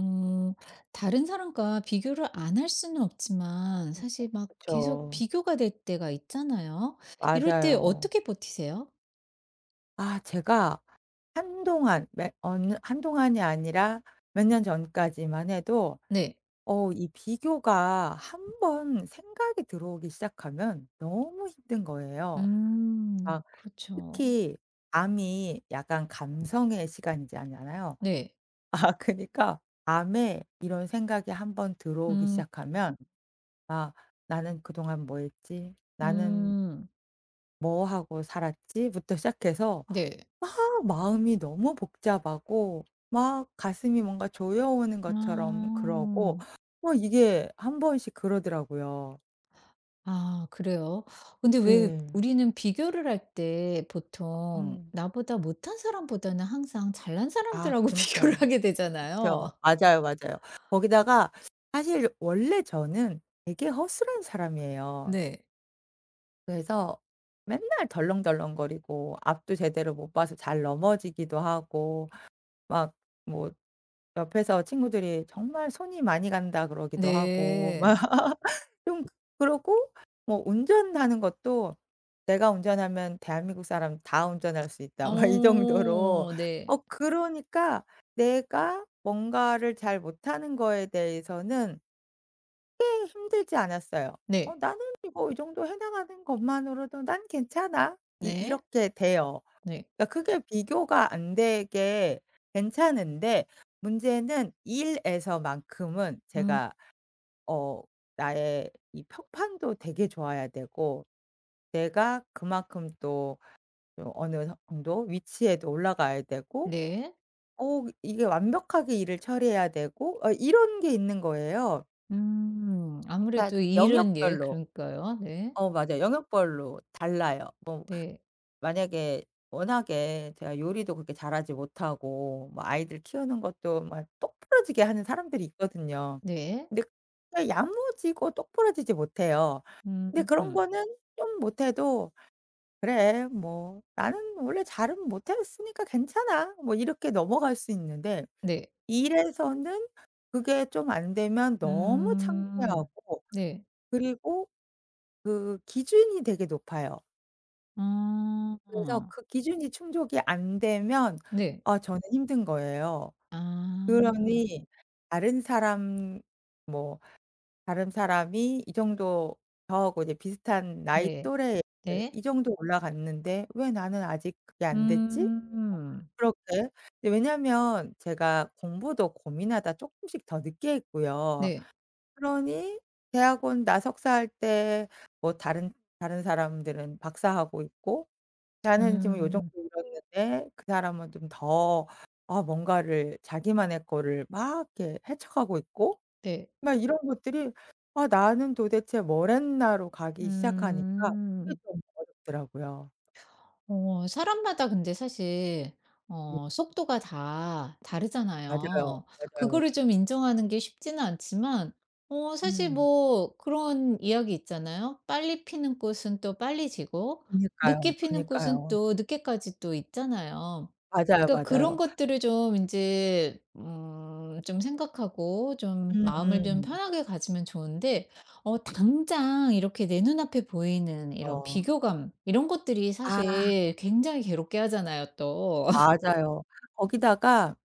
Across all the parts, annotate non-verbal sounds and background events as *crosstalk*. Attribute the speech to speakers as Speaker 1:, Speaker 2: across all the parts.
Speaker 1: 어 다른 사람과 비교를 안 할 수는 없지만
Speaker 2: 그
Speaker 1: 사실 막 계속
Speaker 2: 그쵸.
Speaker 1: 비교가 될 때가 있잖아요. 이럴 때
Speaker 2: 맞아요.
Speaker 1: 어떻게 버티세요?
Speaker 2: 아 제가 한동안 매 어느 한동안이 아니라 몇 년 전까지만 해도
Speaker 1: 네.
Speaker 2: 어 이 비교가 한 번 생각이 들어오기 시작하면 너무 힘든 거예요.
Speaker 1: 음.
Speaker 2: 막
Speaker 1: 그렇죠.
Speaker 2: 특히 밤이 약간 감성의 시간이잖아요.
Speaker 1: 네.
Speaker 2: *laughs* 아 그니까 밤에 이런 생각이 한번 들어오기
Speaker 1: 음.
Speaker 2: 시작하면 아 '나는 그동안 뭐 했지? 나는
Speaker 1: 음.
Speaker 2: 뭐 하고 살았지?'부터 시작해서
Speaker 1: 네.
Speaker 2: 막 마음이 너무 복잡하고 막 가슴이 뭔가 조여오는 것처럼 그러고
Speaker 1: 음.
Speaker 2: 뭐 이게 한 번씩 그러더라고요.
Speaker 1: 아 그래요? 근데 왜
Speaker 2: 예.
Speaker 1: 우리는 비교를 할 때 보통
Speaker 2: 음.
Speaker 1: 나보다 못한 사람보다는 항상 잘난
Speaker 2: 아
Speaker 1: 사람들하고 *laughs* 비교를
Speaker 2: 그니까요.
Speaker 1: 하게
Speaker 2: 그쵸.
Speaker 1: 되잖아요.
Speaker 2: 맞아요, 맞아요. 거기다가 사실 원래 저는 되게 허술한 사람이에요.
Speaker 1: 네.
Speaker 2: 그래서 맨날 덜렁덜렁거리고 앞도 제대로 못 봐서 잘 넘어지기도 하고 막 뭐 옆에서 친구들이 "정말 손이 많이 간다." 그러기도 하고 막
Speaker 1: 네.
Speaker 2: 좀 그러고 뭐 운전하는 것도 '내가 운전하면 대한민국 사람 다 운전할 수 있다.' 막 이 정도로
Speaker 1: 어
Speaker 2: 어
Speaker 1: 네.
Speaker 2: 그러니까 내가 뭔가를 잘 못하는 거에 대해서는 크게 힘들지 않았어요. '어
Speaker 1: 네.
Speaker 2: 나는 이거 이 정도 해 나가는 것만으로도 난 괜찮아.' 이
Speaker 1: 네.
Speaker 2: 이렇게 돼요.
Speaker 1: 네.
Speaker 2: 그러니까 크게 비교가 안 되게 괜찮은데 문제는 일에서만큼은
Speaker 1: 음
Speaker 2: 제가 어 나의 이 평판도 되게 좋아야 되고 내가 그만큼 또좀 어느 정도 위치에도 올라가야 되고
Speaker 1: 네.
Speaker 2: 어 이게 완벽하게 일을 처리해야 되고 어 이런 게 있는 거예요. 다
Speaker 1: 아무래도 일은 예
Speaker 2: 영역별로.
Speaker 1: 그러니까요. 네.
Speaker 2: 어 맞아요. 영역별로 달라요. 뭐
Speaker 1: 네.
Speaker 2: 만약에 워낙에 제가 요리도 그렇게 잘하지 못하고 뭐 아이들 키우는 것도 막 똑부러지게 하는 사람들이 있거든요.
Speaker 1: 네.
Speaker 2: 근데 그게 야무지고 똑부러지지 못해요.
Speaker 1: 음
Speaker 2: 근데 그런
Speaker 1: 음,
Speaker 2: 거는 좀 못해도 '그래 뭐 나는 원래 잘은 못했으니까 괜찮아.' 뭐 이렇게 넘어갈 수 있는데
Speaker 1: 네.
Speaker 2: 일에서는 그게 좀 안 되면 너무
Speaker 1: 음
Speaker 2: 창피하고
Speaker 1: 네.
Speaker 2: 그리고 그 기준이 되게 높아요. 그래서
Speaker 1: 아
Speaker 2: 그 기준이 충족이 안 되면
Speaker 1: 네.
Speaker 2: 아 저는 힘든 거예요.
Speaker 1: 아
Speaker 2: 그러니 다른 사람 뭐 다른 사람이 이 정도 저하고 이제 비슷한 나이
Speaker 1: 네.
Speaker 2: 또래에
Speaker 1: 네.
Speaker 2: 이 정도 올라갔는데 '왜 나는 아직 그게 안 됐지?' 뭐
Speaker 1: 음
Speaker 2: 그렇게. 근데 왜냐면 제가 공부도 고민하다 조금씩 더 늦게 했고요.
Speaker 1: 네.
Speaker 2: 그러니 대학원 나 석사할 때 뭐 다른 사람들은 박사하고 있고 나는 지금 요 정도
Speaker 1: 음
Speaker 2: 이뤘는데 그 사람은 좀 더 아 뭔가를 자기만의 거를 막 이렇게 헤쳐가고 있고
Speaker 1: 네.
Speaker 2: 막 이런 것들이 '아 나는 도대체 뭘 했나.'로 가기 시작하니까 그게
Speaker 1: 음.
Speaker 2: 좀 어렵더라고요.
Speaker 1: 사람마다 근데 사실
Speaker 2: 음
Speaker 1: 속도가 다
Speaker 2: 맞아요.
Speaker 1: 다르잖아요.
Speaker 2: 맞아요.
Speaker 1: 그거를 좀 인정하는 게 쉽지는 않지만 사실
Speaker 2: 음.
Speaker 1: 뭐 그런 이야기 있잖아요. 빨리 피는 꽃은 또 빨리 지고
Speaker 2: 그니까요.
Speaker 1: 늦게 피는 꽃은
Speaker 2: 그니까요.
Speaker 1: 또 늦게까지 또 있잖아요.
Speaker 2: 맞아요,
Speaker 1: 그러니까 그런
Speaker 2: 맞아요.
Speaker 1: 것들을 좀 이제 좀 생각하고 좀 마음을 좀
Speaker 2: 음음.
Speaker 1: 편하게 가지면 좋은데 당장 이렇게 내 눈앞에 보이는 이런
Speaker 2: 어.
Speaker 1: 비교감 이런 것들이
Speaker 2: 아
Speaker 1: 사실 굉장히 괴롭게 하잖아요 또. *laughs*
Speaker 2: 맞아요. 거기다가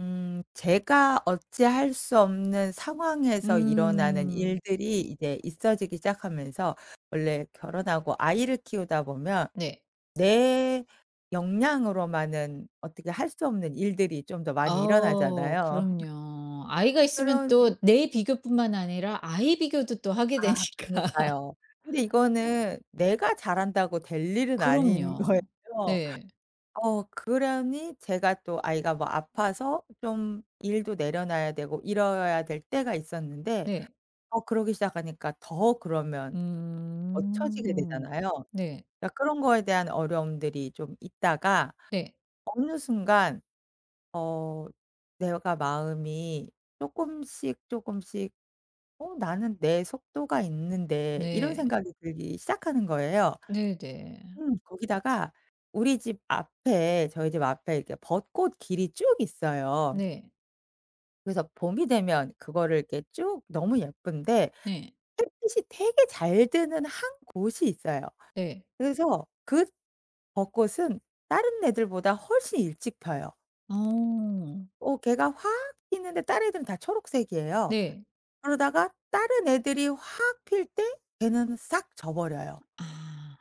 Speaker 2: 제가 어찌할 수 없는 상황에서 일어나는
Speaker 1: 음.
Speaker 2: 일들이 이제 있어지기 시작하면서 원래 결혼하고 아이를 키우다 보면
Speaker 1: 네.
Speaker 2: 내 역량으로만은 어떻게 할 수 없는 일들이 좀 더 많이 일어나잖아요.
Speaker 1: 그럼요. 아이가 있으면
Speaker 2: 그런
Speaker 1: 또 내 비교뿐만 아니라 아이 비교도 또 하게
Speaker 2: 아
Speaker 1: 되니까. *laughs*
Speaker 2: 그니까요. 근데 이거는 내가 잘한다고 될 일은 아닌 *laughs*
Speaker 1: 그럼요.
Speaker 2: 거예요.
Speaker 1: 네.
Speaker 2: 어 그러니 제가 또 아이가 뭐 아파서 좀 일도 내려놔야 되고 이래야 될 때가 있었는데
Speaker 1: 네.
Speaker 2: 어 그러기 시작하니까 더 그러면 거쳐지게
Speaker 1: 음.
Speaker 2: 되잖아요.
Speaker 1: 네.
Speaker 2: 그러니까 그런 거에 대한 어려움들이 좀 있다가
Speaker 1: 네.
Speaker 2: 어느 순간 어 내가 마음이 조금씩 조금씩 '어 나는 내 속도가 있는데.' 이런
Speaker 1: 네.
Speaker 2: 생각이 들기 시작하는 거예요.
Speaker 1: 네네. 네.
Speaker 2: 거기다가 우리 집 앞에 저희 집 앞에 이렇게 벚꽃 길이 쭉 있어요.
Speaker 1: 네.
Speaker 2: 그래서 봄이 되면 그거를 이렇게 쭉 너무 예쁜데
Speaker 1: 네.
Speaker 2: 햇빛이 되게 잘 드는 한 곳이 있어요.
Speaker 1: 네.
Speaker 2: 그래서 그 벚꽃은 다른 애들보다 훨씬 일찍 펴요.
Speaker 1: 어.
Speaker 2: 어 걔가 확 피는데 다른 애들은 다 초록색이에요.
Speaker 1: 네.
Speaker 2: 그러다가 다른 애들이 확 필 때 걔는 싹 져 버려요.
Speaker 1: 아.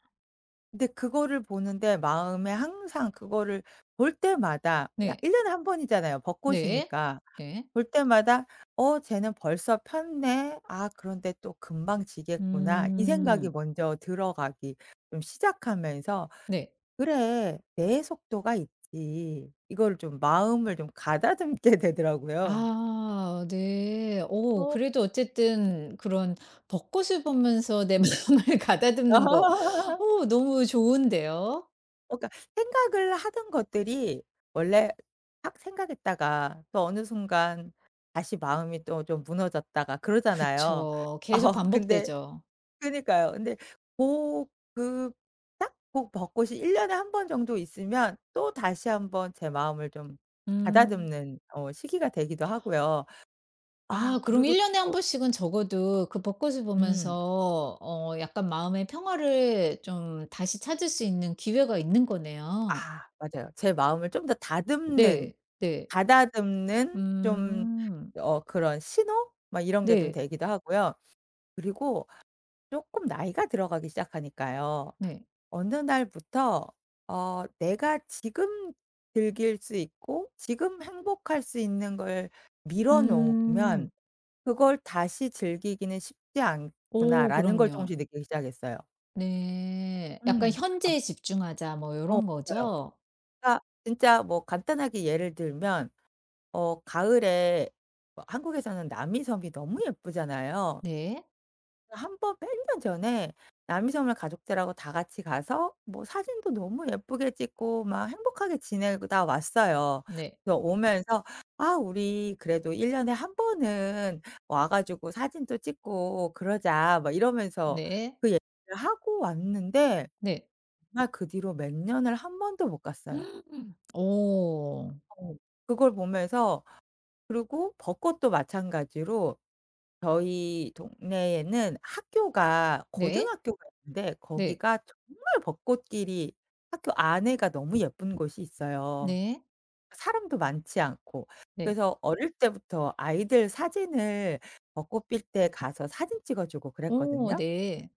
Speaker 2: 근데 그거를 보는데 마음에 항상 그거를 볼 때마다 그
Speaker 1: 네.
Speaker 2: 1 년에 한 번이잖아요
Speaker 1: 네.
Speaker 2: 벚꽃이니까.
Speaker 1: 네.
Speaker 2: 볼 때마다 '어 쟤는 벌써 폈네. 아 그런데 또 금방 지겠구나.' 이 생각이
Speaker 1: 음.
Speaker 2: 먼저 들어가기 좀 시작하면서
Speaker 1: 네.
Speaker 2: '그래 내 속도가 있지.' 이거를 좀 마음을 좀 가다듬게 되더라고요.
Speaker 1: 아 네.
Speaker 2: 어.
Speaker 1: 그래도 어쨌든 그런 벚꽃을 보면서 내 *laughs* 마음을 가다듬는 거
Speaker 2: *laughs*
Speaker 1: 너무 좋은데요.
Speaker 2: 어 그러니까 생각을 하던 것들이 원래 확 생각했다가 또 어느 순간 다시 마음이 또 좀 무너졌다가 그러잖아요.
Speaker 1: 그쵸. 계속
Speaker 2: *laughs* 어 근데
Speaker 1: 반복되죠.
Speaker 2: 그니까요. 근데 고 그 딱 고 벚꽃이 1 년에 한 번 정도 있으면 또 다시 한번 제 마음을 좀
Speaker 1: 음.
Speaker 2: 가다듬는 어 시기가 되기도 하고요. 아
Speaker 1: 아 그럼
Speaker 2: 그리고
Speaker 1: 1년 년에 한
Speaker 2: 또
Speaker 1: 번씩은 적어도 그 벚꽃을
Speaker 2: 음.
Speaker 1: 보면서 약간 마음의 평화를 좀 다시 찾을 수 있는 기회가 있는 거네요.
Speaker 2: 아 맞아요. 제 마음을 좀 더 다듬는
Speaker 1: 네. 네.
Speaker 2: 가다듬는 좀
Speaker 1: 음.
Speaker 2: 어 그런 신호? 막 이런 게 좀
Speaker 1: 네.
Speaker 2: 되기도 하고요. 그리고 쪼끔 나이가 들어가기 시작하니까요.
Speaker 1: 네.
Speaker 2: 어느 날부터 어 내가 지금 즐길 수 있고 지금 행복할 수 있는 걸 미뤄
Speaker 1: 음.
Speaker 2: 놓으면 '그걸 다시 즐기기는 쉽지
Speaker 1: 오
Speaker 2: 않구나.'라는 걸
Speaker 1: 그럼요.
Speaker 2: 쪼금씩 느끼기 시작했어요.
Speaker 1: 네.
Speaker 2: 음.
Speaker 1: 약간
Speaker 2: 아
Speaker 1: '현재에 집중하자.' 뭐
Speaker 2: 어
Speaker 1: 요런
Speaker 2: 맞아요.
Speaker 1: 거죠?
Speaker 2: 그러니까 진짜 뭐 간단하게 예를 들면 어 가을에 뭐 한국에서는 남이섬이 너무 예쁘잖아요.
Speaker 1: 네.
Speaker 2: 한 번 몇 년 전에 남이섬을 가족들하고 다 같이 가서 뭐 사진도 너무 예쁘게 찍고 막 행복하게 지내다 왔어요.
Speaker 1: 네.
Speaker 2: 그래서 오면서 '아 우리 그래도 1 년에 한 번은 와 가지고 사진도 찍고 그러자.' 막 이러면서
Speaker 1: 네.
Speaker 2: 그 얘기를 하고 왔는데
Speaker 1: 네.
Speaker 2: 정말 그 뒤로 몇 년을 한 번도 못 갔어요.
Speaker 1: *gasps* 오
Speaker 2: 어. 그걸 보면서 그리고 벚꽃도 마찬가지로 저희 동네에는 학교가
Speaker 1: 네.
Speaker 2: 고등학교가 있는데
Speaker 1: 네.
Speaker 2: 거기가 정말 벚꽃길이 학교 안에가 너무 예쁜 곳이 있어요.
Speaker 1: 네.
Speaker 2: 사람도 많지 않고.
Speaker 1: 네.
Speaker 2: 그래서 어릴 때부터 아이들 사진을 벚꽃 필 때 가서 사진 찍어 주고
Speaker 1: 오
Speaker 2: 그랬거든요.
Speaker 1: 네.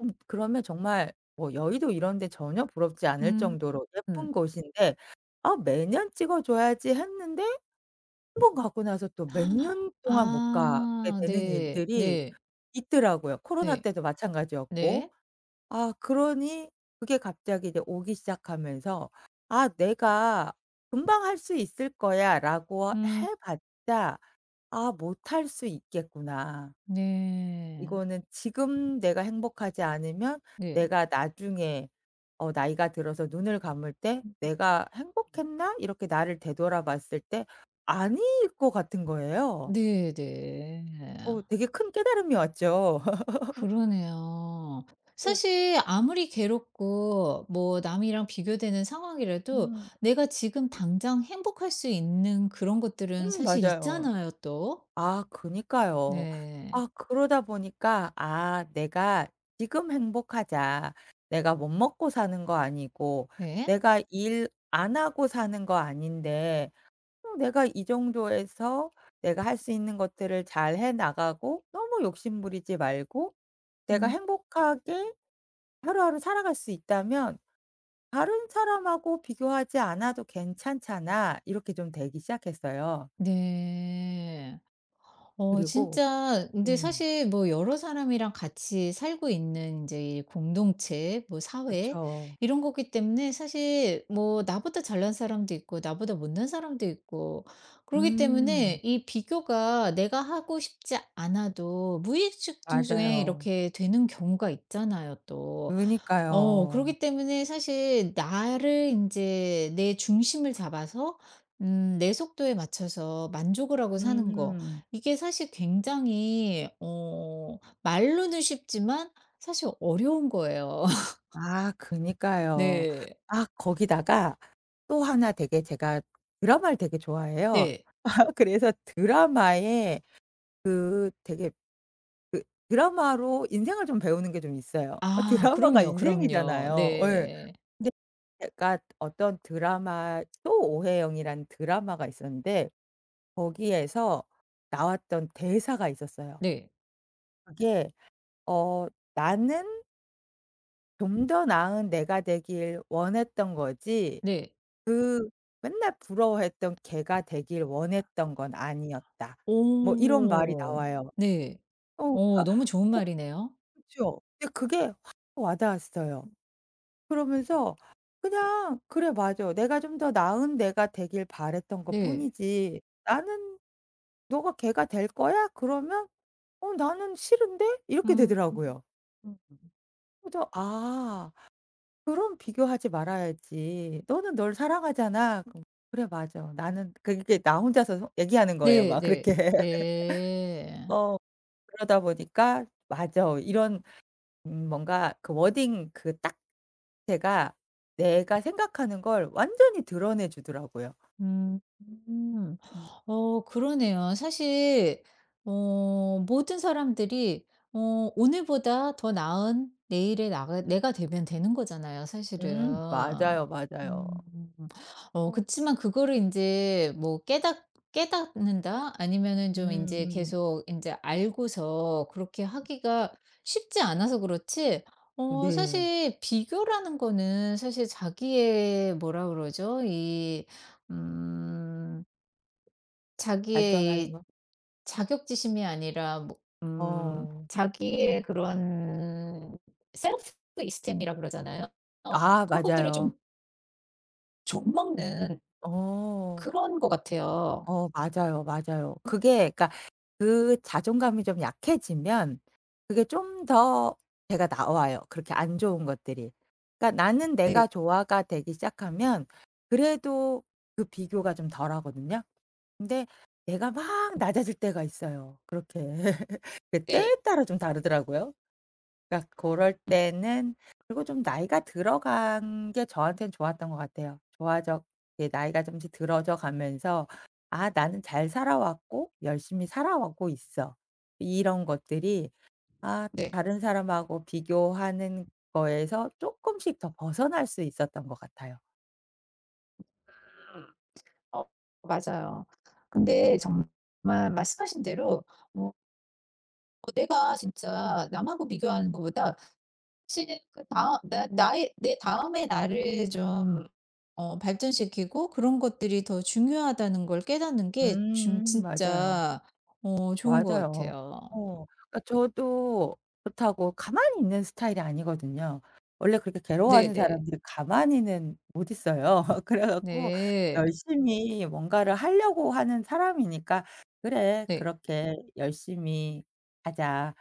Speaker 2: 그러면 정말 뭐 여의도 이런 데 전혀 부럽지 않을
Speaker 1: 음.
Speaker 2: 정도로
Speaker 1: 음.
Speaker 2: 예쁜 곳인데 '아 매년 찍어 줘야지.' 했는데 한 번 가고 나서 또 몇
Speaker 1: *gasps*
Speaker 2: 년 동안 못 가게
Speaker 1: 아
Speaker 2: 되는
Speaker 1: 네.
Speaker 2: 일들이
Speaker 1: 네.
Speaker 2: 있더라고요. 코로나
Speaker 1: 네.
Speaker 2: 때도 마찬가지였고.
Speaker 1: 네.
Speaker 2: 아 그러니 그게 갑자기 이제 오기 시작하면서 '아 내가 금방 할 수 있을 거야.'라고
Speaker 1: 음.
Speaker 2: 해 봤자 '아 못할 수 있겠구나.
Speaker 1: 네.
Speaker 2: 이거는 지금 내가 행복하지 않으면
Speaker 1: 네.
Speaker 2: 내가 나중에 어 나이가 들어서 눈을 감을 때 내가 행복했나?' 이렇게 나를 되돌아 봤을 때 아닐 것 같은 거예요.
Speaker 1: 네네.
Speaker 2: 어 되게 큰 깨달음이 왔죠. *laughs*
Speaker 1: 그러네요.
Speaker 2: 어
Speaker 1: 사실 아무리 괴롭고 뭐 남이랑 비교되는 상황이라도
Speaker 2: 음.
Speaker 1: 내가 지금 당장 행복할 수 있는 그런 것들은 사실
Speaker 2: 맞아요.
Speaker 1: 있잖아요, 또.
Speaker 2: 아 그니까요.
Speaker 1: 네.
Speaker 2: 아 그러다 보니까 '아 내가 지금 행복하자. 내가 못 먹고 사는 거 아니고
Speaker 1: 네.
Speaker 2: 내가 일 안 하고 사는 거 아닌데 어 내가 이 정도에서 내가 할 수 있는 것들을 잘 해 나가고 너무 욕심 부리지 말고 내가
Speaker 1: 음.
Speaker 2: 행복하게 하루하루 살아갈 수 있다면 다른 사람하고 비교하지 않아도 괜찮잖아.' 이렇게 좀 되기 시작했어요.
Speaker 1: 네.
Speaker 2: 그리고
Speaker 1: 진짜 근데
Speaker 2: 음.
Speaker 1: 사실 뭐 여러 사람이랑 같이 살고 있는 이제 이 공동체 뭐 사회
Speaker 2: 그쵸.
Speaker 1: 이런 거기 때문에 사실 뭐 나보다 잘난 사람도 있고 나보다 못난 사람도 있고 그러기
Speaker 2: 음.
Speaker 1: 때문에 이 비교가 내가 하고 싶지 않아도 무의식 중에
Speaker 2: 맞아요.
Speaker 1: 이렇게 되는 경우가 있잖아요 또.
Speaker 2: 그니까요.
Speaker 1: 그러기 때문에 사실 나를 이제 내 중심을 잡아서 내 속도에 맞춰서 만족을 하고 사는 거
Speaker 2: 음.
Speaker 1: 이게 사실 굉장히 말로는 쉽지만 사실 어려운 거예요. *laughs*
Speaker 2: 아 그니까요.
Speaker 1: 네.
Speaker 2: 아 거기다가 또 하나 되게 제가 드라마를 되게 좋아해요.
Speaker 1: 네.
Speaker 2: *laughs* 그래서 드라마에 그 되게 그 드라마로 인생을 좀 배우는 게 좀 있어요. 어
Speaker 1: 아
Speaker 2: 드라마가
Speaker 1: 그럼요, 그럼요.
Speaker 2: 인생이잖아요. 예.
Speaker 1: 네.
Speaker 2: 근데 제가 어떤 드라마 또 오해영이라는 드라마가 있었는데 거기에서 나왔던 대사가 있었어요.
Speaker 1: 네.
Speaker 2: 그게 어 나는 좀 더 나은 내가 되길 원했던 거지
Speaker 1: 네.
Speaker 2: 그 맨날 부러워했던 걔가 되길 원했던 건 아니었다. 뭐 이런 말이
Speaker 1: 오.
Speaker 2: 나와요.
Speaker 1: 네.
Speaker 2: 어
Speaker 1: 오
Speaker 2: 그러니까
Speaker 1: 너무 좋은
Speaker 2: 어
Speaker 1: 말이네요.
Speaker 2: 그쵸. 근데 그게 확 와 닿았어요. 그러면서 그냥 '그래 맞아. 내가 좀 더 나은 내가 되길 바랬던
Speaker 1: 네.
Speaker 2: 것뿐이지. 나는 너가 걔가 될 거야?' 그러면 '어 나는 싫은데?' 이렇게
Speaker 1: 음.
Speaker 2: 되더라고요. 그래서 '아. 그럼 비교하지 말아야지. "너는 널 사랑하잖아." 그럼 "그래 맞아. 나는" 그게 나 혼자서 얘기하는 거예요
Speaker 1: 네네.
Speaker 2: 막 그렇게.
Speaker 1: 네.
Speaker 2: *laughs*
Speaker 1: 네.
Speaker 2: 어 그러다 보니까 맞아. 이런 뭔가 그 워딩 그 딱 제가 내가 생각하는 걸 완전히 드러내 주더라고요.
Speaker 1: 음. 음. 그러네요. 사실 모든 사람들이 오늘보다 더 나은 내일의 나가 내가 되면 되는 거잖아요, 사실은.
Speaker 2: 맞아요, 맞아요.
Speaker 1: 음.
Speaker 2: 어
Speaker 1: 그치만 그거를 이제 뭐 깨닫는다 아니면은 좀 이제
Speaker 2: 음음.
Speaker 1: 계속 이제 알고서 그렇게 하기가 쉽지 않아서 그렇지
Speaker 2: 네.
Speaker 1: 사실 비교라는 거는 사실 자기의 뭐라 그러죠? 이 음. 자기의
Speaker 2: 발전하는
Speaker 1: 이
Speaker 2: 거.
Speaker 1: 자격지심이 아니라 뭐
Speaker 2: 어.
Speaker 1: 자기의 그런 셀프 이스템이라 그러잖아요. 어,
Speaker 2: 아
Speaker 1: 그런 것들을 좀
Speaker 2: 맞아요.
Speaker 1: 좀먹는
Speaker 2: 어.
Speaker 1: 그런 것 같아요.
Speaker 2: 어 맞아요, 맞아요. 그게 그러니까 그 자존감이 좀 약해지면 그게 좀 더 제가 나와요, 그렇게 안 좋은 것들이. 그러니까 나는
Speaker 1: 네
Speaker 2: 내가 조화가 되기 시작하면 그래도 그 비교가 좀 덜하거든요. 근데 내가 막 낮아질 때가 있어요, 그렇게. *laughs* 그
Speaker 1: 네
Speaker 2: 때에 따라 좀 다르더라고요. 그러니까 그럴 때는 그리고 좀 나이가 들어간 게 저한테는 좋았던 것 같아요. 좋아져 이제 나이가 점씩 들어져 가면서 '아 나는 잘 살아왔고 열심히 살아오고 있어.' 이런 것들이 아
Speaker 1: 네.
Speaker 2: 다른 사람하고 비교하는 거에서 쪼끔씩 더 벗어날 수 있었던 것 같아요.
Speaker 1: 어 맞아요. 근데 정말 말씀하신 대로 뭐 어, 내가 진짜 남하고 비교하는 것보다 사실은 그 다음 나 나의 내 다음의 나를 좀 발전시키고 그런 것들이 더 중요하다는 걸 깨닫는 게 준
Speaker 2: 맞아요.
Speaker 1: 진짜 좋은 것
Speaker 2: 맞아요.
Speaker 1: 같아요.
Speaker 2: 어. 그러니까 저도 그렇다고 가만히 있는 스타일이 아니거든요. 원래 그렇게 괴로워하는
Speaker 1: 네네.
Speaker 2: 사람들이 가만히는 못 있어요. *laughs* 그래 갖고
Speaker 1: 네.
Speaker 2: 열심히 뭔가를 하려고 하는 사람이니까 '그래.
Speaker 1: 네.
Speaker 2: 그렇게 열심히 하자.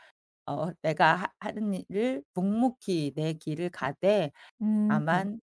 Speaker 2: 어 내가 하 하는 일을 묵묵히 내 길을 가되
Speaker 1: 음.
Speaker 2: 다만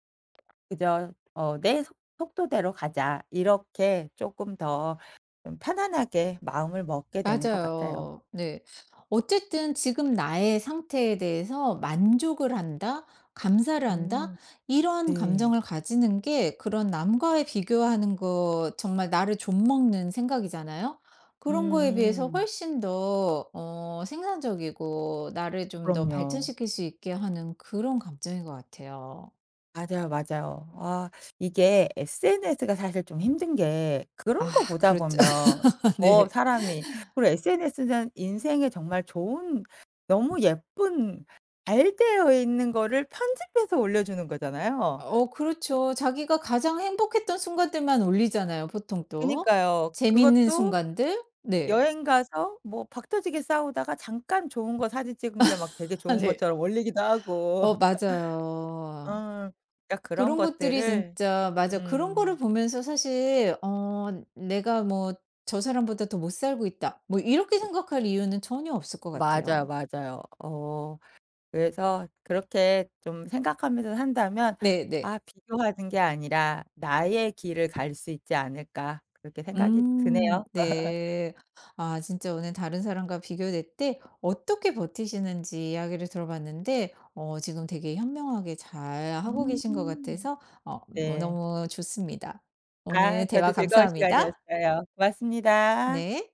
Speaker 2: 그저 어 내 속 속도대로 가자.' 이렇게 조금 더 좀 편안하게 마음을 먹게 되는 것 같아요.
Speaker 1: 맞아요. 네. 어쨌든 지금 나의 상태에 대해서 만족을 한다, 감사를 한다,
Speaker 2: 음
Speaker 1: 이런
Speaker 2: 네.
Speaker 1: 감정을 가지는 게 그런 남과의 비교하는 거 정말 나를 좀먹는 생각이잖아요. 그런 거에 비해서
Speaker 2: 음음.
Speaker 1: 훨씬 더 어, 생산적이고 나를 좀 더
Speaker 2: 그럼요.
Speaker 1: 발전시킬 수 있게 하는 그런 감정인 것 같아요.
Speaker 2: 맞아요, 맞아요. 아 이게 SNS가 사실 좀 힘든 게 그런
Speaker 1: 아,
Speaker 2: 거 보다
Speaker 1: 그렇죠.
Speaker 2: 보면
Speaker 1: *laughs*
Speaker 2: 어
Speaker 1: 네.
Speaker 2: 사람이 그리고 SNS는 인생에 정말 좋은 너무 예쁜 잘 되어 있는 거를 편집해서 올려주는 거잖아요.
Speaker 1: 그렇죠. 자기가 가장 행복했던 순간들만 올리잖아요, 보통 또.
Speaker 2: 그니까요.
Speaker 1: 재밌는
Speaker 2: 그것도
Speaker 1: 순간들. 네.
Speaker 2: 여행 가서 뭐 박 터지게 싸우다가 잠깐 좋은 거 사진 찍은 게 막 되게
Speaker 1: *laughs* 아
Speaker 2: 좋은
Speaker 1: 네.
Speaker 2: 것처럼 올리기도 하고.
Speaker 1: 맞아요.
Speaker 2: 어. 그러니까 그런
Speaker 1: 그런 것들이
Speaker 2: 것들을
Speaker 1: 진짜 맞아. 그런 거를
Speaker 2: 음.
Speaker 1: 보면서 사실 '내가 뭐 저 사람보다 더 못 살고 있다.' 뭐 이렇게 생각할 이유는 전혀 없을 것
Speaker 2: 맞아요,
Speaker 1: 같아요.
Speaker 2: 맞아요. 어 그래서 그렇게 좀 생각하면서 산다면
Speaker 1: 네네.
Speaker 2: '아 비교하는 게 아니라 나의 길을 갈 수 있지 않을까.' 그렇게 생각이 드네요.
Speaker 1: 네. 아 진짜 오늘 다른 사람과 비교될 때 어떻게 버티시는지 이야기를 들어봤는데 지금 되게 현명하게 잘하고 계신 것
Speaker 2: 음.
Speaker 1: 같아서 뭐
Speaker 2: 네.
Speaker 1: 너무 좋습니다.
Speaker 2: 아
Speaker 1: 오늘
Speaker 2: 저도
Speaker 1: 대화
Speaker 2: 즐거운
Speaker 1: 감사합니다.
Speaker 2: 시간이었어요. 고맙습니다.
Speaker 1: 네.